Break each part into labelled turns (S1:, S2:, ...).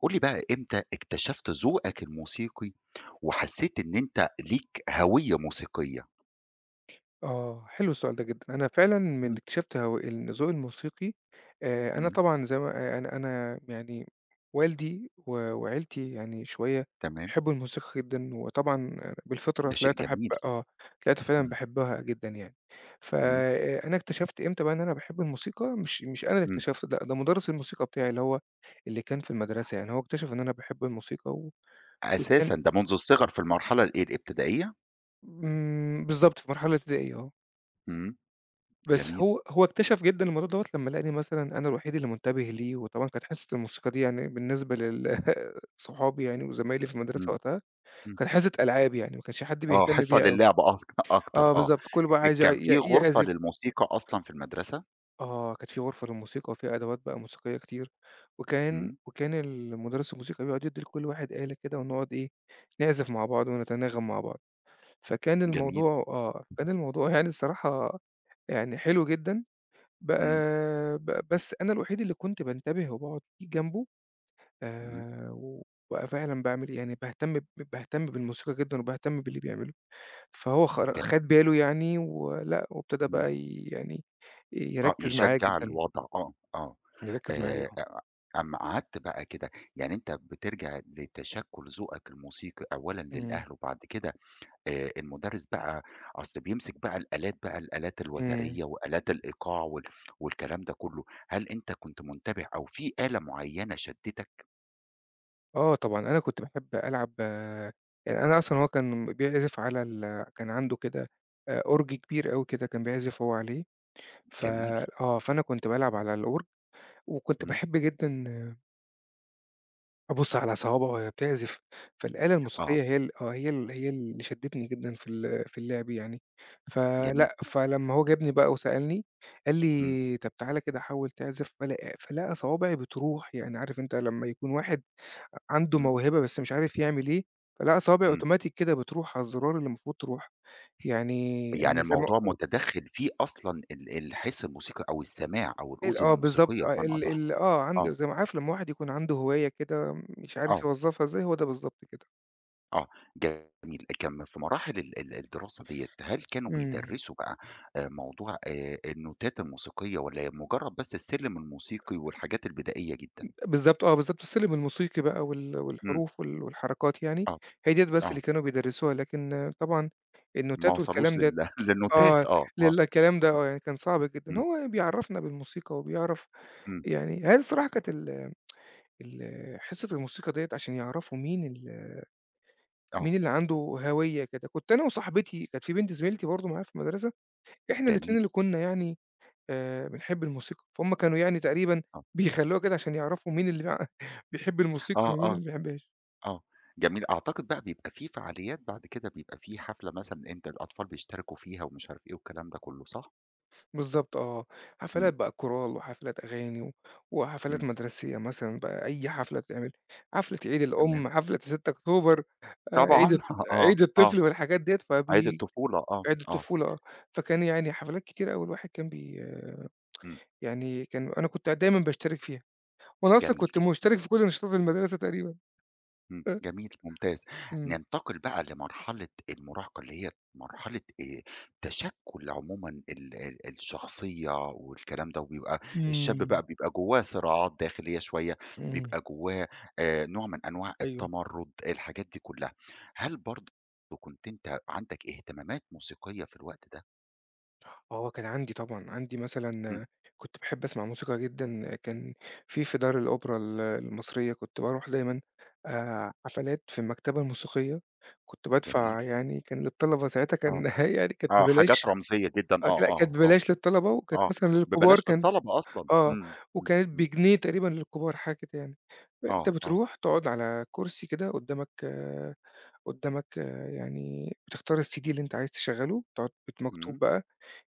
S1: قُل لي بقى إمتى اكتشفت ذوقك الموسيقي وحسيت إن أنت ليك هوية موسيقية؟
S2: آه، حلو السؤال ده جدًا. أنا فعلًا من
S1: إمم،
S2: اكتشفت هو إن ذوقي الموسيقي أنا
S1: إمم،
S2: طبعًا زي ما أنا يعني والدي و وعيلتي يعني شوية
S1: تمام،
S2: بيحبوا الموسيقى جدًا، وطبعًا بالفطرة
S1: ده شيء
S2: طلعت أحب
S1: جميل،
S2: طلعت فعلًا
S1: إمم،
S2: باحبها جدًا يعني.
S1: إمم،
S2: فأنا اكتشفت إمتى بقى إن أنا باحب الموسيقى، مش أنا اللي
S1: إمم،
S2: اكتشفت، لأ، ده مدرس الموسيقى بتاعي اللي كان في المدرسة يعني، هو اكتشف إن أنا باحب الموسيقى وكان
S1: أساسًا ده منذ الصغر في المرحلة الإيه، الابتدائية؟
S2: بالضبط في مرحلة ابتدائية، آه.
S1: إمم،
S2: بس
S1: جميل،
S2: هو اكتشف جدًا الموضوع دوّة لمّا لقاني مثلًا أنا الوحيد اللي منتبه ليه، وطبعًا كانت حصة الموسيقى دي يعني بالنسبة لل صحابي يعني وزمايلي في المدرسة
S1: إمم،
S2: وقتها،
S1: إمم،
S2: كانت حصة ألعاب يعني ما كانش حد
S1: آه،
S2: بيهتم
S1: حصة
S2: بيها أوي.
S1: للعب أكتر
S2: آه
S1: آه،
S2: بالضبط، كلّه بقى عايز يع
S1: كان في
S2: ي
S1: غرفة
S2: يعزف
S1: للموسيقى أصلًا في المدرسة؟
S2: آه، كانت في غرفة للموسيقى وفيها أدوات بقى موسيقية كتير، وكان
S1: إمم،
S2: وكان المدرس الموسيقى بيقعد يدّي لكل واحد آلة كده ونقعد إيه، نعزف مع بعض ونتناغم مع بعض. فكان
S1: جميل،
S2: الموضوع كان الموضوع يعني الصراحة يعني حلو جدًا بقى
S1: إمم،
S2: بس أنا الوحيد اللي كنت بانتبه وباقعد جنبه
S1: إمم،
S2: آآ، وأبقى فعلًا باعمل يعني باهتم بالموسيقى جدًا وباهتم باللي بيعمله، فهو
S1: جميل،
S2: خَد باله يعني ولأ، وابتدى
S1: إمم،
S2: بقى يعني
S1: آه،
S2: يركّز معايا
S1: يشجّع
S2: جدًا،
S1: الوضع، آه، آه.
S2: يركّز معايا آه،
S1: أ أمّا قعدت بقى كده، يعني أنت بترجع لتشكُّل ذوقك الموسيقي أولًا
S2: إمم،
S1: للأهل وبعد كده المُدرِّس بقى أصل بيمسك بقى الآلات بقى، الآلات
S2: إمم،
S1: الوترية وآلات الإيقاع والكلام ده كُلّه، هل أنت كنت منتبه أو في آلة معيّنة شدِّتك؟
S2: آه طبعًا، أنا كنت باحب ألعب يعني أنا أصلًا هو كان بيعزف على ال كان عنده كده أورج كبير أوي كده كان بيعزف هو عليه، ف
S1: جميل،
S2: آه، فأنا كنت بالعب على الأورج، وكنت
S1: إمم،
S2: باحب جدًا أبُص على صوابعه وهي بتعزف، فالآلة
S1: آه،
S2: الموسيقية هي ال هي اللي شدّتني جدًا في ال في اللعب يعني،
S1: جميل،
S2: فلأ، فلمّا هو جابني بقى وسألني، قال
S1: إمم،
S2: لي: "طَب تعالَ كده حاول تعزف." فلقى صوابعي بتروح، يعني عارف أنت لمّا يكون واحد عنده
S1: إمم،
S2: موهبة بس مش عارف يعمل إيه، فلقى صوابعي
S1: إمم،
S2: أوتوماتيك كده بتروح على الزرار اللي المفروض تروح، يعني
S1: يعني
S2: يعني زي ما
S1: الموضوع مُتدخِّل فيه أصلًا الحِس الموسيقي أو السماع أو
S2: ال
S1: الأذن
S2: بالضبط،
S1: الموسيقية
S2: آه
S1: بمعنى
S2: ال
S1: أصح،
S2: ال آه عنده
S1: آه،
S2: زي ما عارف لمّا واحد يكون عنده هواية كده مش عارف
S1: آه.
S2: يوظّفها إزاي، هو ده بالضبط كده.
S1: آه، جميل. كان في مراحل ال ال الدراسة ديّة، هل كانوا
S2: إمم.
S1: بيدرّسوا بقى موضوع النوتات الموسيقية والّا مجرّد بس السلِّم الموسيقي والحاجات البدائية جدًا؟
S2: بالضبط آه، بالضبط السلِّم الموسيقي بقى وال
S1: إمم،
S2: والحروف وال والحركات يعني،
S1: آه،
S2: هي ديّة بس
S1: آه،
S2: اللي كانوا بيدرّسوها، لكن آه، طبعًا
S1: ما
S2: النوتات
S1: وصلوش
S2: والكلام
S1: لل
S2: ده
S1: للنوتات
S2: آه،
S1: آه، آه،
S2: لل الكلام ده آه، يعني كان صعب جدًا،
S1: إمم،
S2: هو بيعرّفنا بالموسيقى وبيعرف
S1: إمم،
S2: يعني هي الصراحة كانت ال ال حصة الموسيقى ديّة عشان يعرفوا مين ال مين
S1: آه،
S2: اللي عنده هَوية كده، كنت أنا وصاحبتي كانت في بنت زميلتي برضه معايا في المدرسة، إحنا
S1: جميل،
S2: الاتنين اللي كنا يعني بنحب الموسيقى، فهُم كانوا يعني تقريبًا
S1: آه،
S2: بيخلّوها كده عشان يعرفوا مين اللي بيحب الموسيقى
S1: آه،
S2: ومين
S1: آه،
S2: اللي ما بيحبهاش.
S1: آه، جميل. أعتقد بقى بيبقى في فعاليات بعد كده، بيبقى في حفلة مثلًا أنت الأطفال بيشتركوا فيها ومش عارف إيه والكلام ده كُلّه، صح؟
S2: بالضبط آه،
S1: إمم،
S2: حفلات بقى كورال وحفلات أغاني و وحفلات
S1: إمم،
S2: مدرسية مثلًا بقى أي حفلة تتعمل، حفلة عيد
S1: تمام.
S2: الأم، حفلة 6 أكتوبر، آآ عيد
S1: طبعًا،
S2: الط
S1: آه،
S2: عيد
S1: آه،
S2: الطفل والحاجات ديّة،
S1: عيد
S2: فبي
S1: الطفولة، آه،
S2: عيد
S1: آه،
S2: الطفولة آه، فكان يعني حفلات كتيرة أوي الواحد كان بي
S1: إمم.
S2: يعني كان أنا كنت دايمًا باشترك فيها، وأنا أصلًا
S1: جميل
S2: كنت
S1: جدًا،
S2: مشترك في كل نشاطات المدرسة تقريبًا
S1: إمم،
S2: آه،
S1: جميل ممتاز.
S2: إمم.
S1: ننتقل بقى لمرحلة المراهقة اللي هي مرحلة تشكُّل عمومًا ال ال الشخصية والكلام ده، وبيبقى الشاب
S2: إمم.
S1: بقى بيبقى جوّاه صراعات داخلية شوية،
S2: إمم،
S1: بيبقى جوّاه نوع من أنواع
S2: أيوه.
S1: التمرُّد، الحاجات دي كلّها. هل برضه كنت أنت عندك اهتمامات موسيقية في الوقت ده؟
S2: آه، كان عندي طبعًا، عندي
S1: إمم،
S2: مثلًا كنت باحب أسمع موسيقى جدًا، كان في في دار الأوبرا ال المصرية كنت باروح دايمًا حفلات في المكتبة الموسيقية، كنت
S1: جميل،
S2: بادفع يعني كان للطلبة ساعتها كان
S1: آه،
S2: يعني كانت
S1: آه، حاجات
S2: ببلاش
S1: رمزية جدًا،
S2: آه،
S1: آه،
S2: لأ كانت
S1: آه، آه،
S2: ببلاش للطلبة وكانت
S1: آه،
S2: مثلًا
S1: ببلاش
S2: للكبار كان
S1: للطلبة أصلًا،
S2: آه،
S1: إمم، إمم،
S2: وكانت
S1: إمم،
S2: بجنيه تقريبًا للكبار حاجة كده يعني، أنت
S1: آه، آه.
S2: بتروح تقعد على كرسي كده قدامك آه، قدامك آه، يعني بتختار الCD اللي أنت عايز تشغّله، تقعد بت مكتوب
S1: إمم،
S2: بقى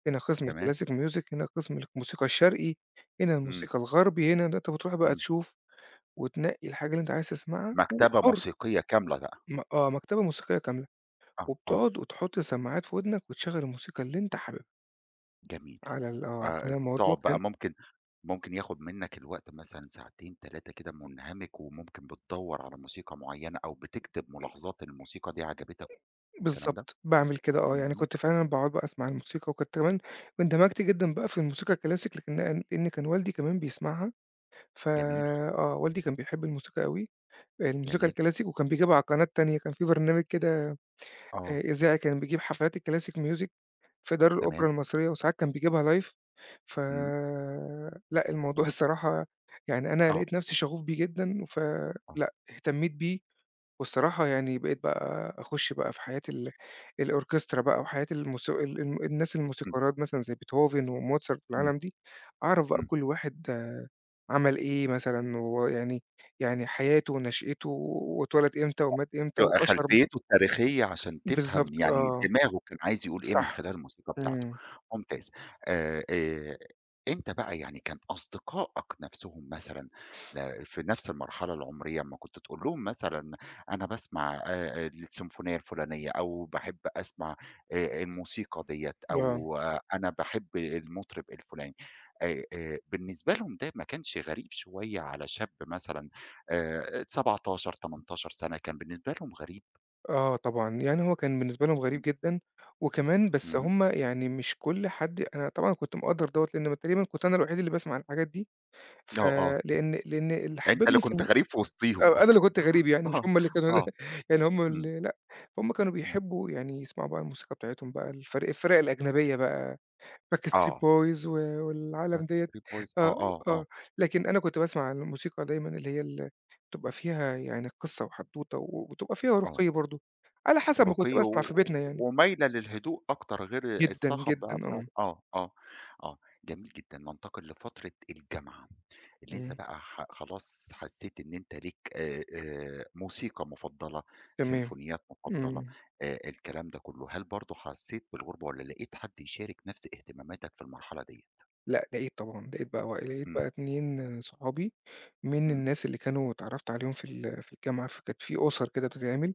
S2: هنا قسم
S1: تمام،
S2: الclassic music هنا قسم الموسيقى الشرقي، هنا
S1: إمم،
S2: الموسيقى الغربي، هنا ده أنت بتروح بقى
S1: إمم،
S2: تشوف وتنقي الحاجة اللي أنت عايز تسمعها
S1: مكتبة
S2: وحُر
S1: موسيقية كاملة بقى،
S2: م آه، مكتبة موسيقية كاملة،
S1: آه، آه،
S2: وبتقعد وتحط السماعات في ودنك وتشغّل الموسيقى اللي أنت حاببها
S1: جميل،
S2: على ال آه، فأنا الموضوع
S1: تقعد
S2: كان
S1: بقى ممكن ياخد منك الوقت مثلًا ساعتين 3 كده مُنهمِك، وممكن بتدوّر على موسيقى معيّنة أو بتكتب ملاحظات إن الموسيقى دي عجبتك والكلام ده،
S2: بالضبط، باعمل كده آه، يعني
S1: اهم،
S2: كنت فعلًا باقعد بقى أسمع الموسيقى وكنت كمان اندمجت جدًا بقى في الموسيقى الclassic لكن لإن كان والدي كمان بيسمعها، ف
S1: جميل،
S2: آه، والدي كان بيحب الموسيقى أوي، الموسيقى
S1: جميل،
S2: الclassic وكان بيجيبها على قناة تانية، كان في برنامج كده
S1: آه،
S2: إذاعي كان بيجيب حفلات الclassic music في دار الأوبرا
S1: تمام،
S2: المصرية وساعات كان بيجيبها live ف
S1: إمم،
S2: لأ، الموضوع الصراحة يعني أنا
S1: آه،
S2: لقيت نفسي شغوف بيه جدًا،
S1: آه،
S2: فلأ، اهتميت بيه والصراحة يعني بقيت بقى أخُش بقى في حياة ال الأوركسترا بقى وحياة الموس ال الم الناس
S1: إمم،
S2: الموسيقارات مثلًا زي بيتهوفن وموتسارت
S1: إمم،
S2: والعالم دي، أعرف بقى
S1: إمم.
S2: كل واحد عمل إيه مثلًا ويعني يعني يعني حياته ونشأته واتولد إمتى ومات إمتى
S1: يبقى
S2: وأشهر
S1: خلفيته التاريخية عشان تفهم
S2: بالضبط،
S1: يعني
S2: آه،
S1: دماغه كان عايز يقول إيه من
S2: صح.
S1: خلال الموسيقى بتاعته،
S2: إمم.
S1: ممتاز. آآ آآ أنت بقى يعني كان أصدقائك نَفْسهم مثلًا ده في نَفْس المرحلة العمرية أمّا كنت تقول لهم مثلًا أنا باسمع السيمفونية الفُلانية أو باحب أسمع الموسيقى ديّة
S2: آه.
S1: أو أنا باحب المطرب الفُلاني، بالنسبة لهم ده ما كانش غريب شوية على شاب مثلًا 17، 18 سَنة كان بالنسبة لهم غريب.
S2: آه طبعًا. يعني هو كان بالنسبة لهم غريب
S1: إمم.
S2: جدًا وكمان بس
S1: إمم.
S2: هم يعني مش كل حد أنا طبعًا كنت مقدّر دوّة لإن تقريبًا كنت أنا الوحيد اللي باسمع الحاجات دي،
S1: آه، آه.
S2: فلإن اللي
S1: يعني أنت اللي
S2: حبّبني في
S1: كنت
S2: الم
S1: غريب في وسطيهم
S2: آه. أنا
S1: أصلًا.
S2: اللي كنت غريب يعني مش
S1: آه،
S2: هم اللي كانوا
S1: آه.
S2: يعني هم
S1: إمم،
S2: اللي لأ، هم كانوا
S1: إمم.
S2: بيحبّوا يعني يسمعوا بقى الموسيقى بتاعتهم بقى الفرق الأجنبية بقى Backstreet
S1: آه.
S2: Boys و والعالم ديّة
S1: Backstreet Boys
S2: آه،
S1: آه، آه، آه،
S2: آه، لكن أنا كنت باسمع الموسيقى دايمًا اللي هي ال بتبقى فيها يعني قصة وحدوتة و وبتبقى فيها
S1: آه.
S2: رُقي برضه، على حسب ما كنت
S1: أوروقية
S2: باسمع في
S1: و
S2: بيتنا يعني،
S1: ومايلة للهدوء أكتر غير
S2: جدًا،
S1: الصخب
S2: جدًا
S1: بقى بتاع
S2: آه،
S1: آه، آه، آه. جميل جدًا. ننتقل لفترة الجامعة. اللي أنت
S2: إمم،
S1: بقى خلاص حسّيت إن أنت ليك موسيقى مُفضّلة،
S2: تمام،
S1: سيمفونيات مُفضّلة،
S2: إمم،
S1: الكلام ده كُلّه، هل برضه حسّيت بالغُربة والّا لقيت حد يشارك نَفْس اهتماماتك في المرحلة ديّة؟
S2: لأ لقيت طبعًا، لقيت بقى و لقيت
S1: إمم،
S2: بقى 2 صحابي من
S1: إمم،
S2: الناس اللي كانوا اتعرّفت عليهم في ال في الجامعة، فكانت في أُسَر كده بتتعمل،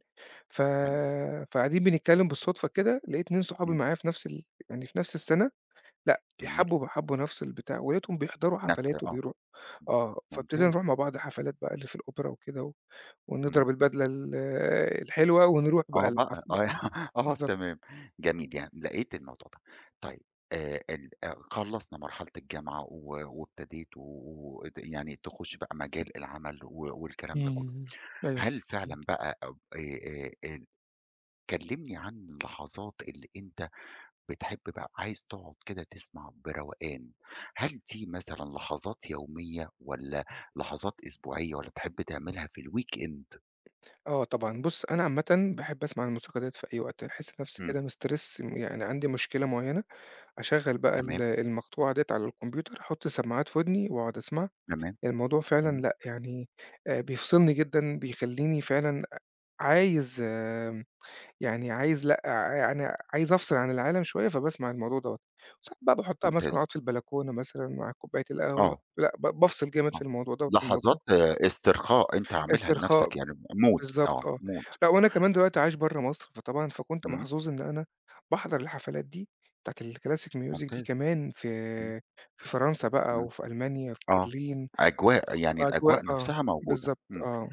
S2: ف
S1: تمام،
S2: فقاعدين بنتكلّم بالصدفة كده، لقيت 2 صحابي
S1: إمم،
S2: معايا في نفس ال يعني في نفس السَنة لأ،
S1: جميل،
S2: بيحبّوا حبّوا نَفْس البتاع، ولقيتهم بيحضروا
S1: نَفْس
S2: حفلات
S1: آه،
S2: وبيروحوا آه، فابتدينا نروح
S1: ممتاز،
S2: مع بعض حفلات بقى اللي في الأوبرا وكده و
S1: إمم،
S2: ونضرب البدلة ال الحلوة ونروح بقى
S1: آه بقى،
S2: الحفلة
S1: آه،
S2: دي.
S1: آه
S2: بالضبط.
S1: تمام، جميل، يعني لقيت الموضوع ده. طيب ال خلّصنا مرحلة الجامعة و وابتديت و وت يعني تخُش بقى مجال العمل والكلام ده كُلّه.
S2: إمم. أيوه.
S1: هل
S2: إمم.
S1: فعلًا بقى أب كلمني عن اللحظات اللي أنت بتحب بقى عايز تقعد كده تسمع بروقان، هل دي مثلًا لحظات يومية والّا لحظات أسبوعية والّا تحب تعملها في الweekend؟
S2: آه طبعًا. بُص، أنا عامةً باحب أسمع الموسيقى ديّة في أي وقت، أحس نَفْسي
S1: إمم،
S2: كده مسترِس م يعني عندي مشكلة معيّنة، أشغّل بقى ال
S1: تمام،
S2: المقطوعة ديّة على الكمبيوتر، أحُط سماعات في ودني وأقعد أسمعها.
S1: تمام،
S2: الموضوع
S1: إمم،
S2: فعلًا لأ، يعني بيفصلني جدًا، بيخلّيني فعلًا عايز يعني عايز لأ، يعني عايز أفصل عن العالم شوية، فباسمع الموضوع دوّة. وساعات بقى باحطها مثلًا
S1: ممتاز،
S2: أقعد في البلكونة مثلًا مع كوباية القهوة،
S1: آه،
S2: لأ بافصل جامد في
S1: آه،
S2: الموضوع دوّة،
S1: لحظات
S2: الموضوع
S1: آه، استرخاء أنت عاملها
S2: استرخاء،
S1: لنفسك يعني mood
S2: بالضبط
S1: آه
S2: آه.
S1: mood
S2: لأ، وأنا كمان دلوقتي عايش برّه مصر، فطبعًا فكنت
S1: إمم،
S2: محظوظ إن أنا باحضر الحفلات دي بتاعة الclassic music دي
S1: ممتاز،
S2: كمان في
S1: إمم،
S2: في فرنسا بقى
S1: إمم،
S2: وفي ألمانيا، في
S1: آه،
S2: برلين،
S1: أجواء
S2: وفي
S1: يعني
S2: أجواء
S1: الأجواء
S2: آه،
S1: نفسها موجودة،
S2: بالضبط
S1: إمم،
S2: آه.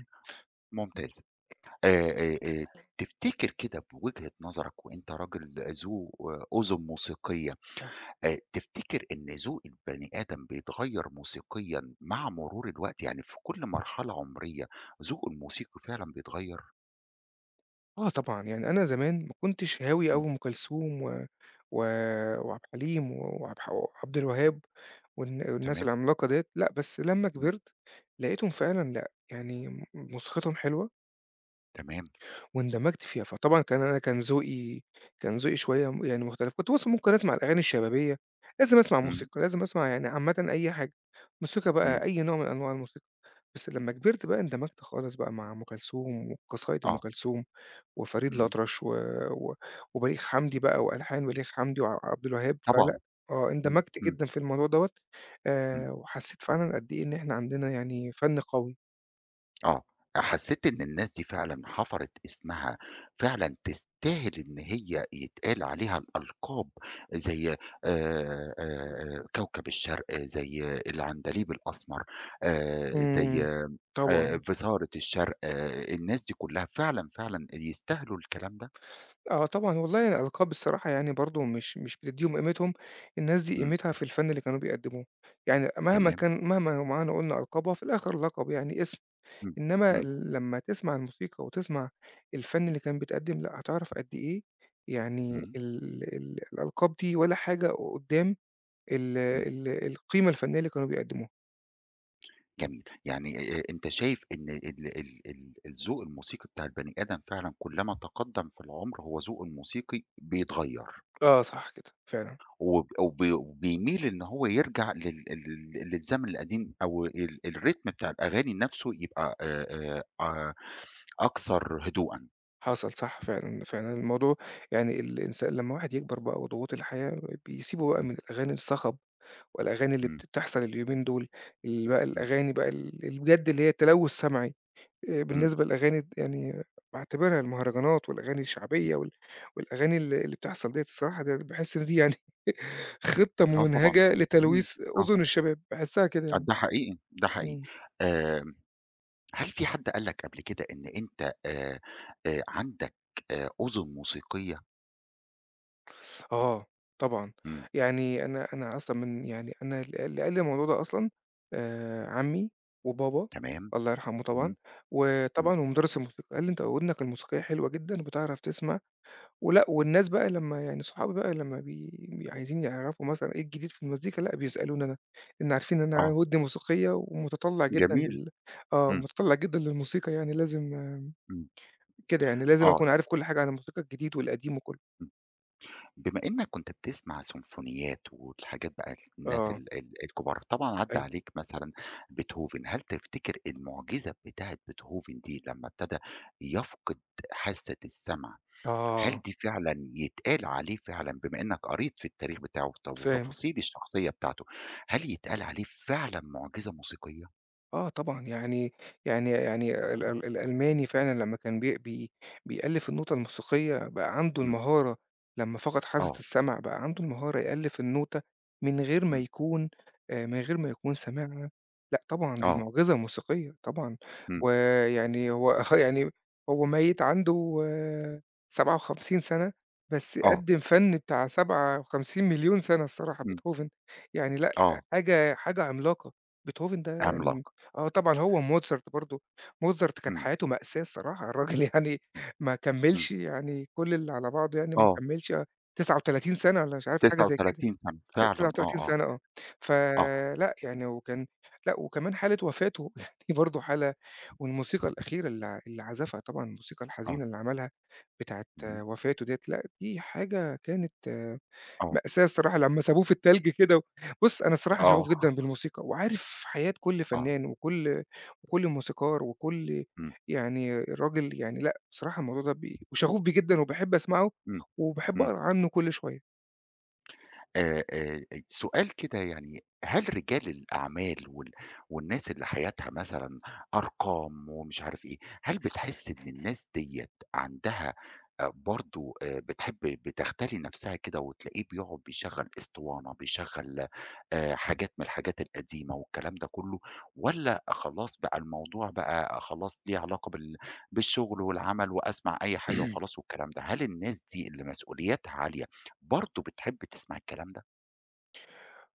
S1: ممتاز. آآ آآ آآ تفتكر كده بوجهة نظرك وأنت راجل ذو آه، أذن موسيقية، تفتكر إن ذوق البني آدم بيتغيّر موسيقيًا مع مرور الوقت؟ يعني في كل مرحلة عمرية ذوقه الموسيقي فعلًا بيتغيّر؟
S2: آه طبعًا، يعني أنا زمان ما كنتش هاوي
S1: إمم،
S2: أوي أم كلثوم و و وعبد الحليم و- وعبد الوهاب والناس
S1: تمام،
S2: العملاقة ديّة، لأ، بس لمّا
S1: إمم،
S2: كبرت لقيتهم فعلًا لأ، يعني موسيقتهم حلوة
S1: تمام،
S2: واندمجت فيها، فطبعًا كان أنا كان ذوقي كان ذوقي شوية يعني مختلف، كنت مثلًا ممكن أسمع الأغاني الشبابية، لازم أسمع
S1: إمم،
S2: موسيقى، لازم أسمع يعني عامةً أي حاجة، موسيقى بقى
S1: إمم،
S2: أي نوع من أنواع الموسيقى، بس لمّا كبرت بقى اندمجت خالص بقى مع أم كلثوم وقصايد أم
S1: آه،
S2: كلثوم. وفريد
S1: إمم،
S2: الأطرش و و وبليغ حمدي بقى وألحان بليغ حمدي وعبد الوهاب، فلأ
S1: طبعًا،
S2: آه،
S1: إمم،
S2: اندمجت
S1: إمم،
S2: جدًا في الموضوع دوّة
S1: إمم.
S2: وحسّيت فعلًا قد إيه إن إحنا عندنا يعني فَن قوي.
S1: آه، حسيت إن الناس دي فعلًا حفرت اسمها، فعلًا تستاهل إن هي يتقال عليها الألقاب زي كوكب الشرق، زي العندليب الأسمر، زي
S2: إمم، طبعًا.
S1: فِصارة الشرق، آه، الناس دي كلها فعلًا، فعلًا يستاهلوا الكلام ده؟
S2: آه طبعًا، والله الألقاب الصراحة يعني برضه مش بتدّيهم قيمتهم، الناس دي
S1: إمم،
S2: قيمتها في الفَن اللي كانوا بيقدّموه، يعني مهما
S1: تمام،
S2: كان مهما معانا قُلنا ألقاب هو في الآخر لقب يعني اسم.
S1: إمم،
S2: إنما
S1: إمم،
S2: ال- لمّا تسمع الموسيقى وتسمع الفن اللي كان بيتقدّم، لأ هتعرف قد إيه يعني
S1: إمم،
S2: ال ال الألقاب دي ولا حاجة قُدّام ال
S1: إمم.
S2: ال القيمة الفنية اللي كانوا بيقدّموها.
S1: جميل، يعني أنت شايف إن ال ال ال الذوق الموسيقي بتاع البني آدم فعلًا كلّما تقدّم في العمر هو ذوقه الموسيقي بيتغيّر،
S2: آه، صح كده. فعلًا،
S1: وب وب وبيميل إن هو يرجع لل لل للزمن القديم أو الريتم بتاع الأغاني نَفْسه يبقى آه، أكثر هدوءًا.
S2: حصل صح فعلًا، فعلًا الموضوع يعني الإنسان لمّا واحد يكبر بقى وضغوط الحياة بيسيبوا بقى
S1: إمم،
S2: من الأغاني الصخب والأغاني اللي
S1: إمم،
S2: بتحصل اليومين دول، ال بقى
S1: إمم،
S2: الأغاني بقى ال اللي بجد اللي هي تلوث سمعي.
S1: إمم،
S2: بالنسبة للأغاني د يعني باعتبرها المهرجانات والأغاني
S1: إمم،
S2: الشعبية وال والأغاني ال اللي بتحصل ديّة الصراحة ده باحس إن دي يعني خطة
S1: آه طبعًا.
S2: ممنهجة
S1: إمم،
S2: لتلويث
S1: آه،
S2: أذن الشباب، باحسها كده يعني.
S1: ده حقيقي، ده حقيقي.
S2: إمم.
S1: آآ هل في حد قال لك قبل كده إن أنت عندك أذن موسيقية؟
S2: آه، طبعًا.
S1: إمم،
S2: يعني أنا أصلًا من يعني أنا ال اللي قال لي الموضوع ده أصلًا عمي وبابا
S1: تمام،
S2: الله يرحمه
S1: إمم،
S2: طبعًا،
S1: إمم،
S2: وطبعًا ومدرس الموسيقى، قال لي: "أنت ودنك الموسيقية حلوة جدًا وبتعرف تسمع" ولأ، والناس بقى لمّا يعني صحابي بقى لمّا بي عايزين يعرفوا مثلًا إيه الجديد في المزيكا، لأ، بيسألوني أنا، لإن عارفين إن أنا
S1: آه،
S2: ودني موسيقية ومتطلّع جدًا
S1: جميل،
S2: لل آه،
S1: إمم،
S2: متطلّع جدًا للموسيقى يعني لازم آه،
S1: إمم،
S2: كده يعني، لازم
S1: آه،
S2: أكون عارف كل حاجة عن الموسيقى الجديد والقديم وكله.
S1: إمم، بما إنك كنت بتسمع سيمفونيات والحاجات بقى الناس
S2: آه،
S1: ال ال الكبار، طبعًا عدّى
S2: أيوه.
S1: عليك مثلًا بيتهوفن، هل تفتكر المُعجزة بتاعة بيتهوفن دي لمّا ابتدى يفقد حاسة السمع هل
S2: آه،
S1: دي فعلًا يتقال عليه فعلًا بما إنك قريت في التاريخ بتاعه
S2: فاهم.
S1: وتفاصيل الشخصية بتاعته، هل يتقال عليه فعلًا معجزة موسيقية؟
S2: آه طبعًا، يعني يعني يعني ال ال الألماني فعلًا لمّا كان بي بيألِّف النوتة الموسيقية بقى عنده
S1: إمم،
S2: المهارة، لمّا فقد حاسة
S1: آه،
S2: السمع بقى عنده المهارة يألِّف النوتة من غير ما
S1: إمم،
S2: يكون من غير ما يكون سامعها، لأ طبعًا دي
S1: آه،
S2: معجزة موسيقية طبعًا،
S1: إمم،
S2: ويعني هو آه يعني هو ميّت عنده 57 سَنة، بس
S1: آه،
S2: قدِّم فن بتاع 57.000.000 سَنة الصراحة
S1: إمم،
S2: بيتهوفن، يعني لأ
S1: آه،
S2: حاجة عملاقة، بيتهوفن ده يعني
S1: عملاق،
S2: آه طبعًا هو وموزارت برضه، موزارت كانت
S1: إمم،
S2: حياته مأساة الصراحة، الراجل يعني ما
S1: إمم،
S2: كمّلش يعني كل اللي على بعضه يعني ما
S1: آه،
S2: كمّلش 39 سَنة والّا مش عارف حاجة زي كده،
S1: 39 سنة فعلًا، آه، آه،
S2: 39 سَنة آه،
S1: آه،
S2: فلأ يعني وكان لأ وكمان حالة وفاته يعني برضه حالة والموسيقى الأخيرة اللي عزفها طبعًا الموسيقى
S1: آه،
S2: الحزينة اللي عملها بتاعة
S1: إمم،
S2: وفاته ديّة، لأ دي حاجة كانت
S1: آه،
S2: مأساة الصراحة لمّا سابوه في التلج كده، بُص أنا الصراحة
S1: آه،
S2: شغوف جدًا بالموسيقى، وعارف حياة كل
S1: آه،
S2: فنان وكل وكل موسيقار وكل
S1: إمم،
S2: يعني راجل يعني لأ، بصراحة الموضوع ده بي وشغوف بيه جدًا وباحب أسمعه،
S1: إمم،
S2: وباحب
S1: إمم.
S2: أقرا عنه كل شوية.
S1: سؤال كده يعني، هل رجال الأعمال والناس اللي حياتها مثلًا أرقام ومش عارف إيه، هل بتحس إن الناس ديّة عندها برضه بتحب بتغتَلي نَفْسها كده وتلاقيه بيقعد بيشغّل أسطوانة، بيشغّل حاجات من الحاجات القديمة والكلام ده كُلّه والّا خلاص بقى الموضوع بقى خلاص ليه علاقة بالشُغل والعمل وأسمع أي حاجة وخلاص والكلام ده، هل الناس دي اللي مسؤولياتها عالية برضه بتحب تسمع الكلام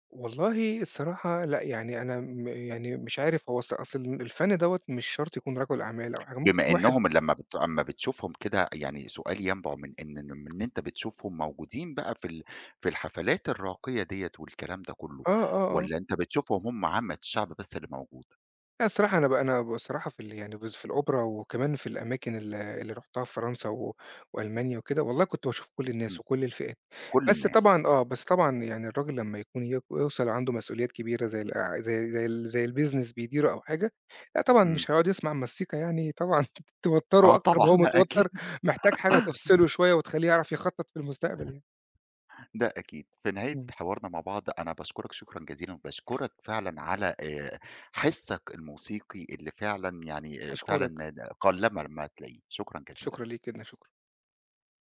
S2: والله الصراحة لأ، يعني أنا م يعني مش عارف هو أص أصل الفن دوّة مش شرط يكون رجل أعمال أو حاجة، ممكن
S1: بما
S2: يكون واحد
S1: إنهم لمّا أمّا بتشوفهم كده يعني سؤالي ينبع من إن أنت بتشوفهم موجودين بقى في في الحفلات الراقية ديّة والكلام ده كلّه،
S2: آه، آه، آه.
S1: والّا أنت بتشوفهم هم عامة الشعب بس اللي موجود؟
S2: لأ الصراحة أنا بقى أنا بصراحة في ال يعني بس في الأوبرا وكمان في الأماكن ال اللي رُحتها في فرنسا و وألمانيا وكده، والله كنت باشوف كل الناس
S1: إمم،
S2: وكل الفئات،
S1: كل
S2: بس
S1: الناس،
S2: طبعًا آه، بس طبعًا يعني الراجل لمّا يكون يك يوصل عنده مسؤوليات كبيرة زي الع زي زي ال زي الbusiness بيديره أو حاجة، لأ طبعًا
S1: إمم،
S2: مش هيقعد يسمع مزيكا يعني طبعًا
S1: آه
S2: توتّره أكتر ما
S1: طبعًا
S2: هو متوتّر،
S1: أكيد،
S2: محتاج حاجة تفصله شوية وتخلّيه يعرف يخطط في المستقبل يعني.
S1: ده أكيد. في نهاية
S2: إمم،
S1: حوارنا مع بعض أنا باشكرك شكرًا جزيلًا، وباشكرك فعلًا على حِسّك الموسيقي اللي فعلًا يعني
S2: أشكرك،
S1: فعلًا قلّما ما تلاقيه، شكرًا
S2: شكرًا
S1: جزيلًا.
S2: ليك جدًا، شكرًا.